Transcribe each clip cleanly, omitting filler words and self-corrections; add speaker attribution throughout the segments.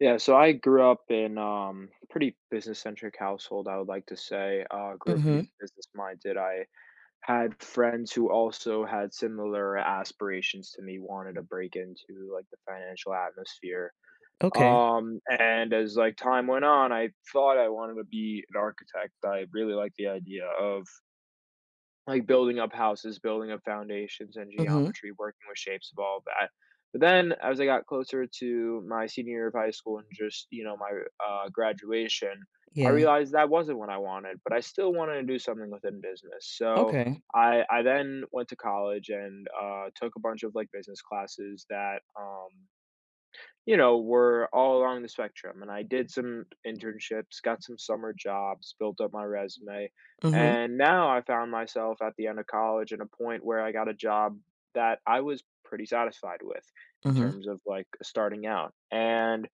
Speaker 1: Yeah, so I grew up in a pretty business-centric household, I would like to say. Grew up pretty
Speaker 2: Mhm.
Speaker 1: business-minded. I had friends who also had similar aspirations to me, wanted to break into like the financial atmosphere.
Speaker 2: Okay.
Speaker 1: And as like time went on, I thought I wanted to be an architect. I really liked the idea of like, building up houses, building up foundations and
Speaker 2: Mhm.
Speaker 1: geometry, working with shapes of all that. But then, as I got closer to my senior year of high school and just, my, graduation, I
Speaker 2: Yeah.
Speaker 1: realized that wasn't what I wanted, but I still wanted to do something within business. So,
Speaker 2: Okay.
Speaker 1: I then went to college and, took a bunch of, like, business classes that, were all along the spectrum, and I did some internships, got some summer jobs, built up my resume,
Speaker 2: Mhm.
Speaker 1: and now I found myself at the end of college in a point where I got a job that I was pretty satisfied with in
Speaker 2: Mhm.
Speaker 1: terms of, like, starting out, and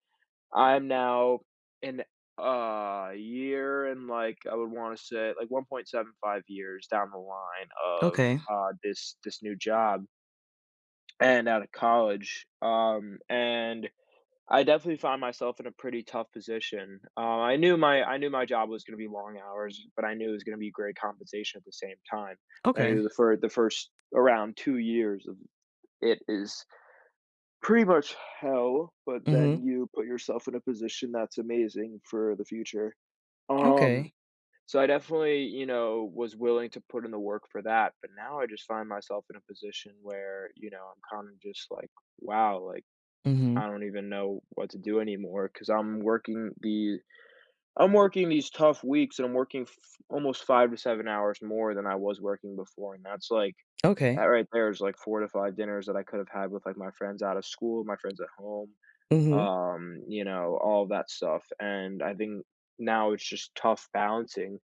Speaker 1: I'm now in a year and, like, I would wanna say, like, 1.75 years down the line of,
Speaker 2: Okay.
Speaker 1: this new job and out of college, and I definitely found myself in a pretty tough position. I knew my job was gonna be long hours, but I knew it was gonna be great compensation at the same time. And I
Speaker 2: Okay.
Speaker 1: knew the first around 2 years of it is pretty much hell, but then
Speaker 2: Mhm.
Speaker 1: you put yourself in a position that's amazing for the future. Um,
Speaker 2: Okay.
Speaker 1: so I definitely, was willing to put in the work for that, but now I just find myself in a position where, I'm kind of just like, wow, like
Speaker 2: Mhm.
Speaker 1: I don't even know what to do anymore because I'm working these tough weeks and I'm working almost 5 to 7 hours more than I was working before, and that
Speaker 2: Okay.
Speaker 1: right there is like four to five dinners that I could have had with like my friends out of school, my friends at home,
Speaker 2: Mhm.
Speaker 1: all of that stuff. And I think now it's just tough balancing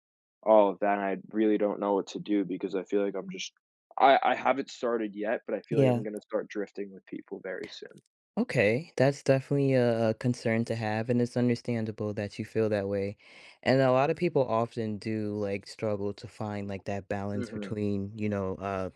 Speaker 1: all of that. And I really don't know what to do because I feel like I'm just I haven't started yet, but I feel like
Speaker 2: Yeah.
Speaker 1: I'm gonna start drifting with people very soon.
Speaker 2: Okay. That's definitely a concern to have, and it's understandable that you feel that way. And a lot of people often do like struggle to find like that balance
Speaker 1: Hmm.
Speaker 2: between,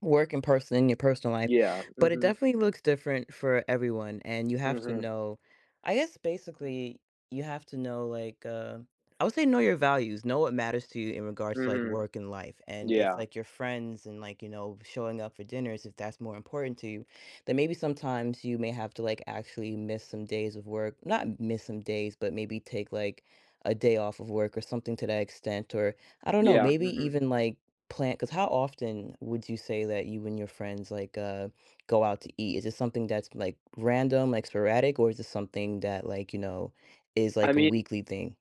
Speaker 2: work in person in your personal life,
Speaker 1: Yeah,
Speaker 2: but it
Speaker 1: mhm,
Speaker 2: definitely looks different for everyone. And you have to
Speaker 1: mhm,
Speaker 2: know, I guess basically you have to know like I would say know your values, know what matters to you in regards to like
Speaker 1: mhm,
Speaker 2: work and life. And if
Speaker 1: yeah,
Speaker 2: like your friends and like, you know, showing up for dinners, if that's more important to you, then maybe sometimes you may have to like actually miss some days of work. Not miss some days, but maybe take like a day off of work or something to that extent. Or I don't know,
Speaker 1: yeah,
Speaker 2: maybe
Speaker 1: mhm.
Speaker 2: even like plan because how often would you say that you and your friends like go out to eat? Is it something that's like random, like sporadic, or is it something that like, you know, is
Speaker 1: I
Speaker 2: like a
Speaker 1: mean,
Speaker 2: weekly thing?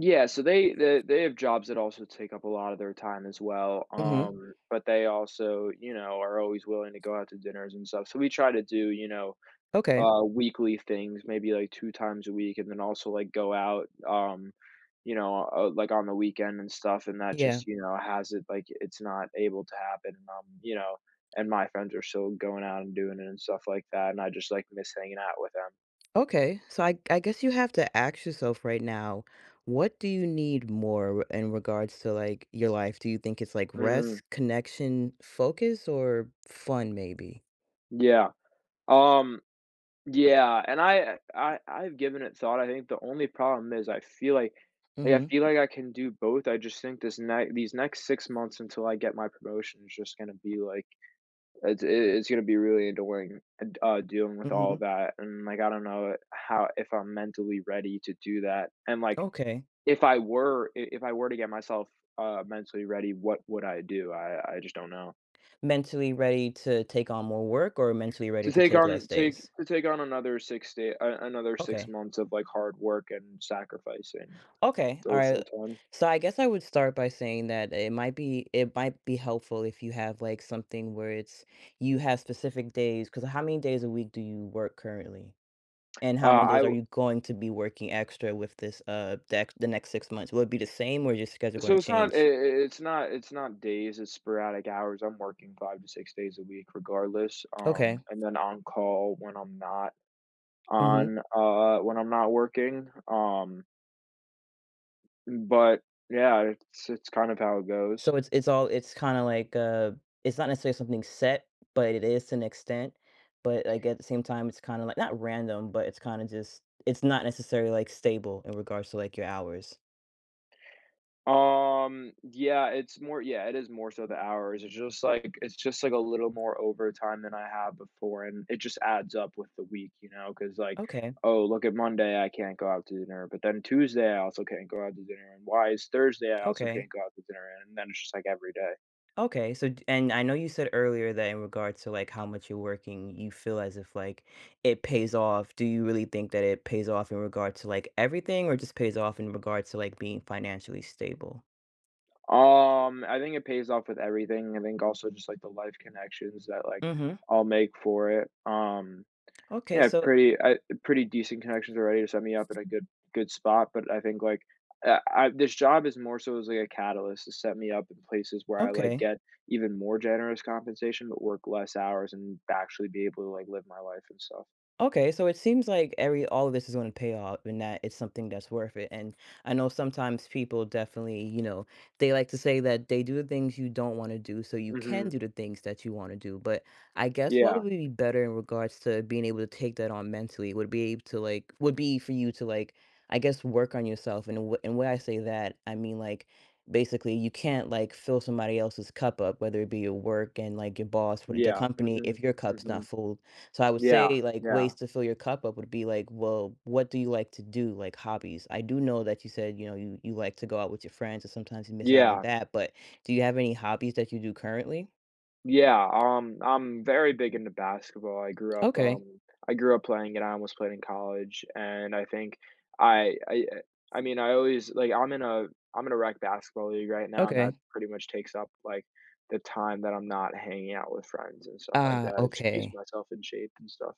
Speaker 1: yeah, so they have jobs that also take up a lot of their time as well,
Speaker 2: Hmm.
Speaker 1: but they also, are always willing to go out to dinners and stuff, so we try to do,
Speaker 2: Okay.
Speaker 1: weekly things, maybe like 2 times a week, and then also, like, go out, like, on the weekend and stuff, and that
Speaker 2: Yeah.
Speaker 1: just, has it like, it's not able to happen, and my friends are still going out and doing it and stuff like that, and I just, like, miss hanging out with them.
Speaker 2: Okay. So I guess you have to ask yourself right now, what do you need more in regards to like your life? Do you think it's like
Speaker 1: Mhm.
Speaker 2: rest, connection, focus, or fun maybe?
Speaker 1: Yeah. Um, yeah, and I've given it thought. I think the only problem is I feel like like, I
Speaker 2: Mm-hmm.
Speaker 1: feel like I can do both. I just think these next 6 months until I get my promotion is just gonna be, like it's going to be really annoying dealing with all
Speaker 2: Mm-hmm.
Speaker 1: of that, and like I don't know how if I'm mentally ready to do that, and like
Speaker 2: Okay.
Speaker 1: if I were to get myself mentally ready, what would I do? I just don't know.
Speaker 2: Mentally ready to take on more work or mentally ready
Speaker 1: To
Speaker 2: to
Speaker 1: take
Speaker 2: take
Speaker 1: on
Speaker 2: less
Speaker 1: take
Speaker 2: days?
Speaker 1: to take on another six
Speaker 2: Okay.
Speaker 1: months of like hard work and sacrifice and
Speaker 2: Okay. All right.
Speaker 1: social time.
Speaker 2: So I guess I would start by saying that it might be helpful if you have like something where it's you have specific days because how many days a week do you work currently? And
Speaker 1: Uh,
Speaker 2: how many
Speaker 1: I
Speaker 2: days are
Speaker 1: w-
Speaker 2: you going to be working extra with this the next 6 months? Will it be the same or is your schedule
Speaker 1: so
Speaker 2: going to
Speaker 1: it's not i
Speaker 2: change?
Speaker 1: i- it's not it's not days, it's sporadic hours. I'm working 5 to 6 days a week regardless.
Speaker 2: Okay.
Speaker 1: And then on call when I'm not.
Speaker 2: Mm-hmm.
Speaker 1: On, when I'm not working. But yeah, it's kind of how it goes.
Speaker 2: So it's all it's kinda like, it's not necessarily something set, but it is to an extent, but, like, at the same time, it's kinda, like, not random, but it's kinda just it's not necessarily, like, stable in regards to, like, your hours.
Speaker 1: Yeah, it is more so the hours. It's just like a little more overtime than I have before, and it just adds up with the week, cuz like,
Speaker 2: Okay,
Speaker 1: oh, look at Monday, I can't go out to dinner, but then Tuesday I also can't go out to dinner and why is Thursday I also
Speaker 2: okay,
Speaker 1: can't go out to dinner and then it's just like every day.
Speaker 2: okay, so d and I know you said earlier that in regards to, like, how much you're working, you feel as if, like, it pays off. Do you really think that it pays off in regard to, like, everything or just pays off in regards to, like, being financially stable?
Speaker 1: I think it pays off with everything. I think also just like the life connections that like
Speaker 2: Mhm.
Speaker 1: I'll make for it.
Speaker 2: Okay,
Speaker 1: Yeah,
Speaker 2: so
Speaker 1: pretty decent connections already to set me up in a good spot. But I think like I this job is more so as like a catalyst to set me up in places where I like
Speaker 2: okay.
Speaker 1: get even more generous compensation, but work less hours and actually be able to like live my life and stuff.
Speaker 2: Okay, so it seems like every all of this is going to pay off and that it's something that's worth it. And I know sometimes people definitely, you know, they like to say that they do the things you don't want to do so you
Speaker 1: Hmm.
Speaker 2: can do the things that you want to do. But I guess what
Speaker 1: Yeah.
Speaker 2: would be better in regards to being able to take that on mentally would be for you to like I guess work on yourself. And and when I say that, I mean like basically you can't like fill somebody else's cup up, whether it be your work and like your boss, the
Speaker 1: Yeah.
Speaker 2: company,
Speaker 1: Hmm.
Speaker 2: if your cup's
Speaker 1: Hmm.
Speaker 2: not full so I would
Speaker 1: Yeah.
Speaker 2: say like
Speaker 1: Yeah.
Speaker 2: ways to fill your cup up would be like, well, what do you like to do? Like hobbies. I do know that you said, you know, you like to go out with your friends and sometimes you miss out on
Speaker 1: Yeah.
Speaker 2: that, but do you have any hobbies that you do currently?
Speaker 1: Yeah, I'm very big into basketball. I grew up,
Speaker 2: Okay.
Speaker 1: um, I grew up playing it. I almost played in college, and I think I, I, I mean, I always like. I'm in a rec basketball league right now, and that
Speaker 2: Okay.
Speaker 1: pretty much takes up like the time that I'm not hanging out with friends and stuff like
Speaker 2: Ah,
Speaker 1: that. It just keeps
Speaker 2: okay.
Speaker 1: myself in shape and stuff.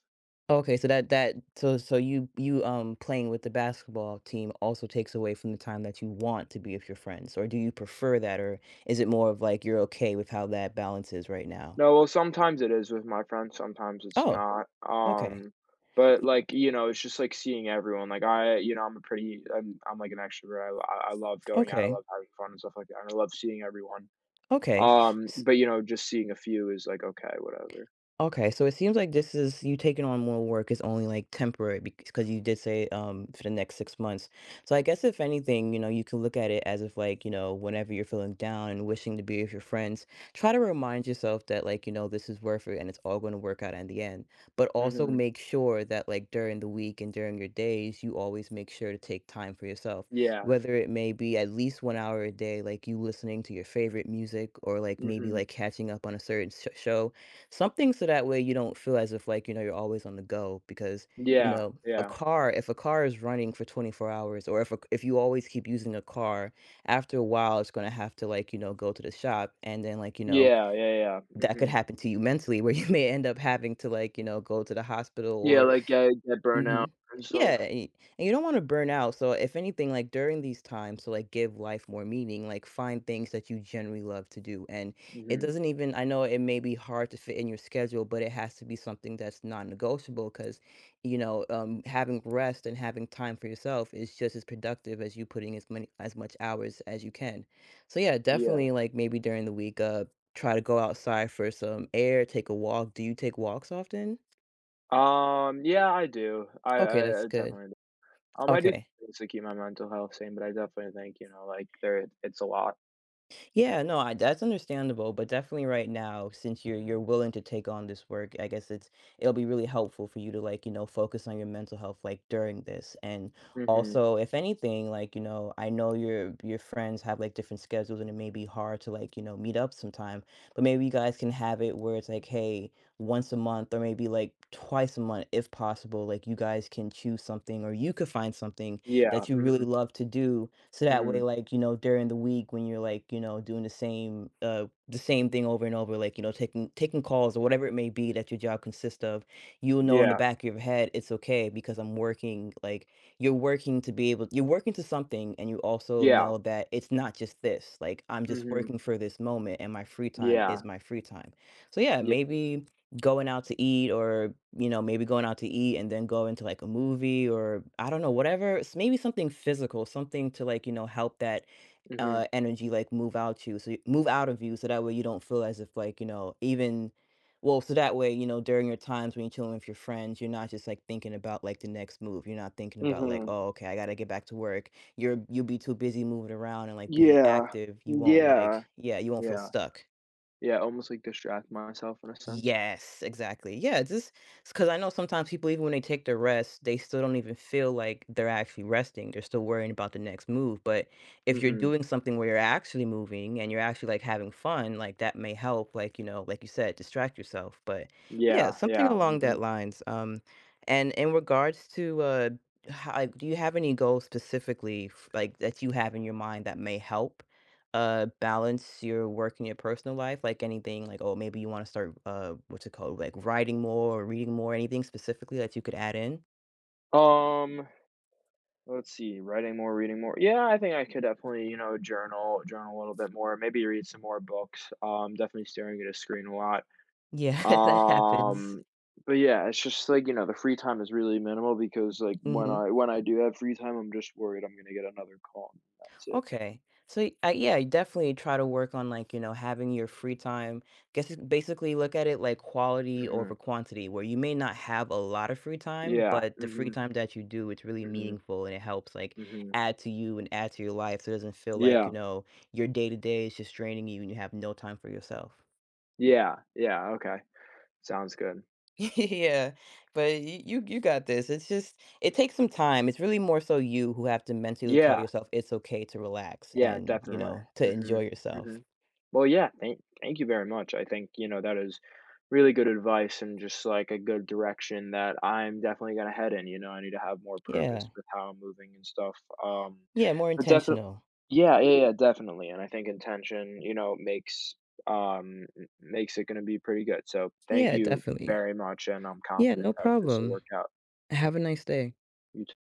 Speaker 2: Okay, so that that so so you playing with the basketball team also takes away from the time that you want to be with your friends, or do you prefer that, or is it more of like you're okay with how that balance is right now?
Speaker 1: No, well, sometimes it is with my friends, sometimes it's
Speaker 2: Oh,
Speaker 1: not,
Speaker 2: okay.
Speaker 1: but,
Speaker 2: Y-
Speaker 1: like, it's just, like, seeing everyone, like, I you know, I'm a pretty I'm, like, an extrovert, I love going out, I
Speaker 2: Okay.
Speaker 1: love having fun and stuff like that, and I love seeing everyone,
Speaker 2: Okay.
Speaker 1: but, just seeing a few is like, "Okay, whatever."
Speaker 2: Okay, so it seems like this is you taking on more work is only like temporary because you did say for the next 6 months. So I guess if anything, you know, you can look at it as if like, you know, whenever you're feeling down and wishing to be with your friends, try to remind yourself that like, you know, this is worth it and it's all going to work out in the end. But also
Speaker 1: Mhm.
Speaker 2: make sure that like during the week and during your days, you always make sure to take time for yourself.
Speaker 1: Yeah.
Speaker 2: Whether it may be at least 1 hour a day, like you listening to your favorite music or like maybe
Speaker 1: Mhm.
Speaker 2: like catching up on a certain sh show. Something so that way you don't feel as if, like, you know, you're always on the go because, you
Speaker 1: Yeah,
Speaker 2: know, a
Speaker 1: yeah.
Speaker 2: car if a car is running for 24 hours or if a if you always keep using a car, after a while, it's gonna have to, like, you know, go to the shop, and then, like, you know,
Speaker 1: Yeah, yeah, yeah,
Speaker 2: that could
Speaker 1: mhm.
Speaker 2: happen to you mentally where you may end up having to, like, you know, go to the hospital
Speaker 1: Yeah,
Speaker 2: or.
Speaker 1: like, I get burnout
Speaker 2: Mhm.
Speaker 1: and
Speaker 2: Yeah,
Speaker 1: stuff.
Speaker 2: and you don't wanna burn out, so if anything, like, during these times to, like, give life more meaning, like, find things that you generally love to do, and it
Speaker 1: Mhm.
Speaker 2: doesn't even I know it may be hard to fit in your schedule, but it has to be something that's non-negotiable negotiable Because you know, having rest and having time for yourself is just as productive as you putting as much hours as you can. So, yeah,
Speaker 1: Yeah.
Speaker 2: definitely, like, maybe during the week, try to go outside for some air, take a walk. Do you take walks often?
Speaker 1: Yeah, I do. I
Speaker 2: Okay,
Speaker 1: I
Speaker 2: that's
Speaker 1: I
Speaker 2: good.
Speaker 1: definitely do. I do
Speaker 2: Okay.
Speaker 1: things to keep my mental health sane, but I definitely think, like there it's a lot.
Speaker 2: Yeah, no, I that's understandable, but definitely right now, since you're willing to take on this work, I guess it's it'll be really helpful for you to like, you know, focus on your mental health like during this. And
Speaker 1: Mhm.
Speaker 2: also, if anything, like, you know, I know your friends have like different schedules and it may be hard to like, you know, meet up sometime, but maybe you guys can have it where it's like, hey, once a month or maybe like twice a month if possible, like you guys can choose something or you could find something
Speaker 1: Yeah.
Speaker 2: that you really
Speaker 1: Mhm.
Speaker 2: love to do so that
Speaker 1: Mhm.
Speaker 2: way like you know during the week when you're like you know doing the same the same thing over and over like you know taking calls or whatever it may be that your job consists of you'll know in
Speaker 1: Yeah.
Speaker 2: the back of your head it's okay because I'm working like you're working to something and you also
Speaker 1: Yeah.
Speaker 2: know that it's not just this like I'm just
Speaker 1: Mhm.
Speaker 2: working for this moment and my free time is
Speaker 1: Yeah.
Speaker 2: my free time so yeah
Speaker 1: Yeah.
Speaker 2: maybe going out to eat or, you know, maybe going out to eat and then go into like a movie or I don't know, whatever. Maybe something physical, something to like, you know, help that
Speaker 1: Mhm.
Speaker 2: energy like move out you. Move out of you so that way you don't feel as if like, you know, even well, so that way, you know, during your times when you're chilling with your friends, you're not just like thinking about like the next move. You're not thinking about like,
Speaker 1: Mhm.
Speaker 2: oh, okay, I gotta get back to work. You'll be too busy moving around and like being
Speaker 1: Yeah.
Speaker 2: active. You won't
Speaker 1: Yeah.
Speaker 2: like, yeah, you won't feel
Speaker 1: Yeah.
Speaker 2: stuck.
Speaker 1: Yeah. Almost like distract myself in a sense.
Speaker 2: Yes, exactly. Yeah, just because I know sometimes people, even when they take the rest, they still don't even feel like they're actually resting. They're still worrying about the next move. But if you're
Speaker 1: Mhm.
Speaker 2: doing something where you're actually moving and you're actually like having fun, like that may help, like, you know, like you said, distract yourself. But yeah,
Speaker 1: Yeah.
Speaker 2: something
Speaker 1: Yeah.
Speaker 2: along
Speaker 1: Mhm.
Speaker 2: that lines. And in regards to how, do you have any goals specifically, like that you have in your mind that may help? Uh balance your work and your personal life like anything like oh maybe you want to start what's it called like writing more or reading more anything specifically that you could add in
Speaker 1: Um, let's see, writing more, reading more. Yeah, I think I could definitely, journal a little bit more, maybe read some more books. Definitely staring at a screen a lot.
Speaker 2: yeah that happens.
Speaker 1: Um, but yeah, it's just like, the free time is really minimal because like when I do have free time, I'm just worried I'm gonna get another call, and that's it.
Speaker 2: Okay. So, yeah, you definitely try to work on like, you know, having your free time. Basically look at it like quality over
Speaker 1: Mhm.
Speaker 2: quantity, where you may not have a lot of free time,
Speaker 1: Yeah.
Speaker 2: but the free
Speaker 1: Mhm.
Speaker 2: time that you do, it's really
Speaker 1: Mhm.
Speaker 2: meaningful and it helps like
Speaker 1: Mhm.
Speaker 2: add to you and add to your life. So it doesn't feel like,
Speaker 1: Yeah.
Speaker 2: you know, your day to day is just draining you and you have no time for yourself.
Speaker 1: Yeah. Yeah. Okay. Sounds good.
Speaker 2: Yeah, but you got this. It's just it takes some time. It's really more so you who have to mentally tell
Speaker 1: Yeah.
Speaker 2: yourself it's okay to relax
Speaker 1: Yeah.
Speaker 2: and, you
Speaker 1: Definitely.
Speaker 2: know, to
Speaker 1: Mhm.
Speaker 2: enjoy yourself.
Speaker 1: Mhm. Well, yeah, thank you very much. I think, that is really good advice and just like a good direction that I'm definitely gonna head in. I need to have more purpose
Speaker 2: Yeah.
Speaker 1: with how I'm moving and stuff. Um,
Speaker 2: Yeah, more
Speaker 1: but definitely,
Speaker 2: intentional.
Speaker 1: yeah, yeah, yeah, definitely. And I think intention, makes makes it gonna be pretty good. So thank
Speaker 2: Yeah,
Speaker 1: you
Speaker 2: definitely.
Speaker 1: very much, and I'm
Speaker 2: Yeah,
Speaker 1: confident
Speaker 2: no
Speaker 1: that this will
Speaker 2: problem.
Speaker 1: work out.
Speaker 2: Have a nice day.
Speaker 1: You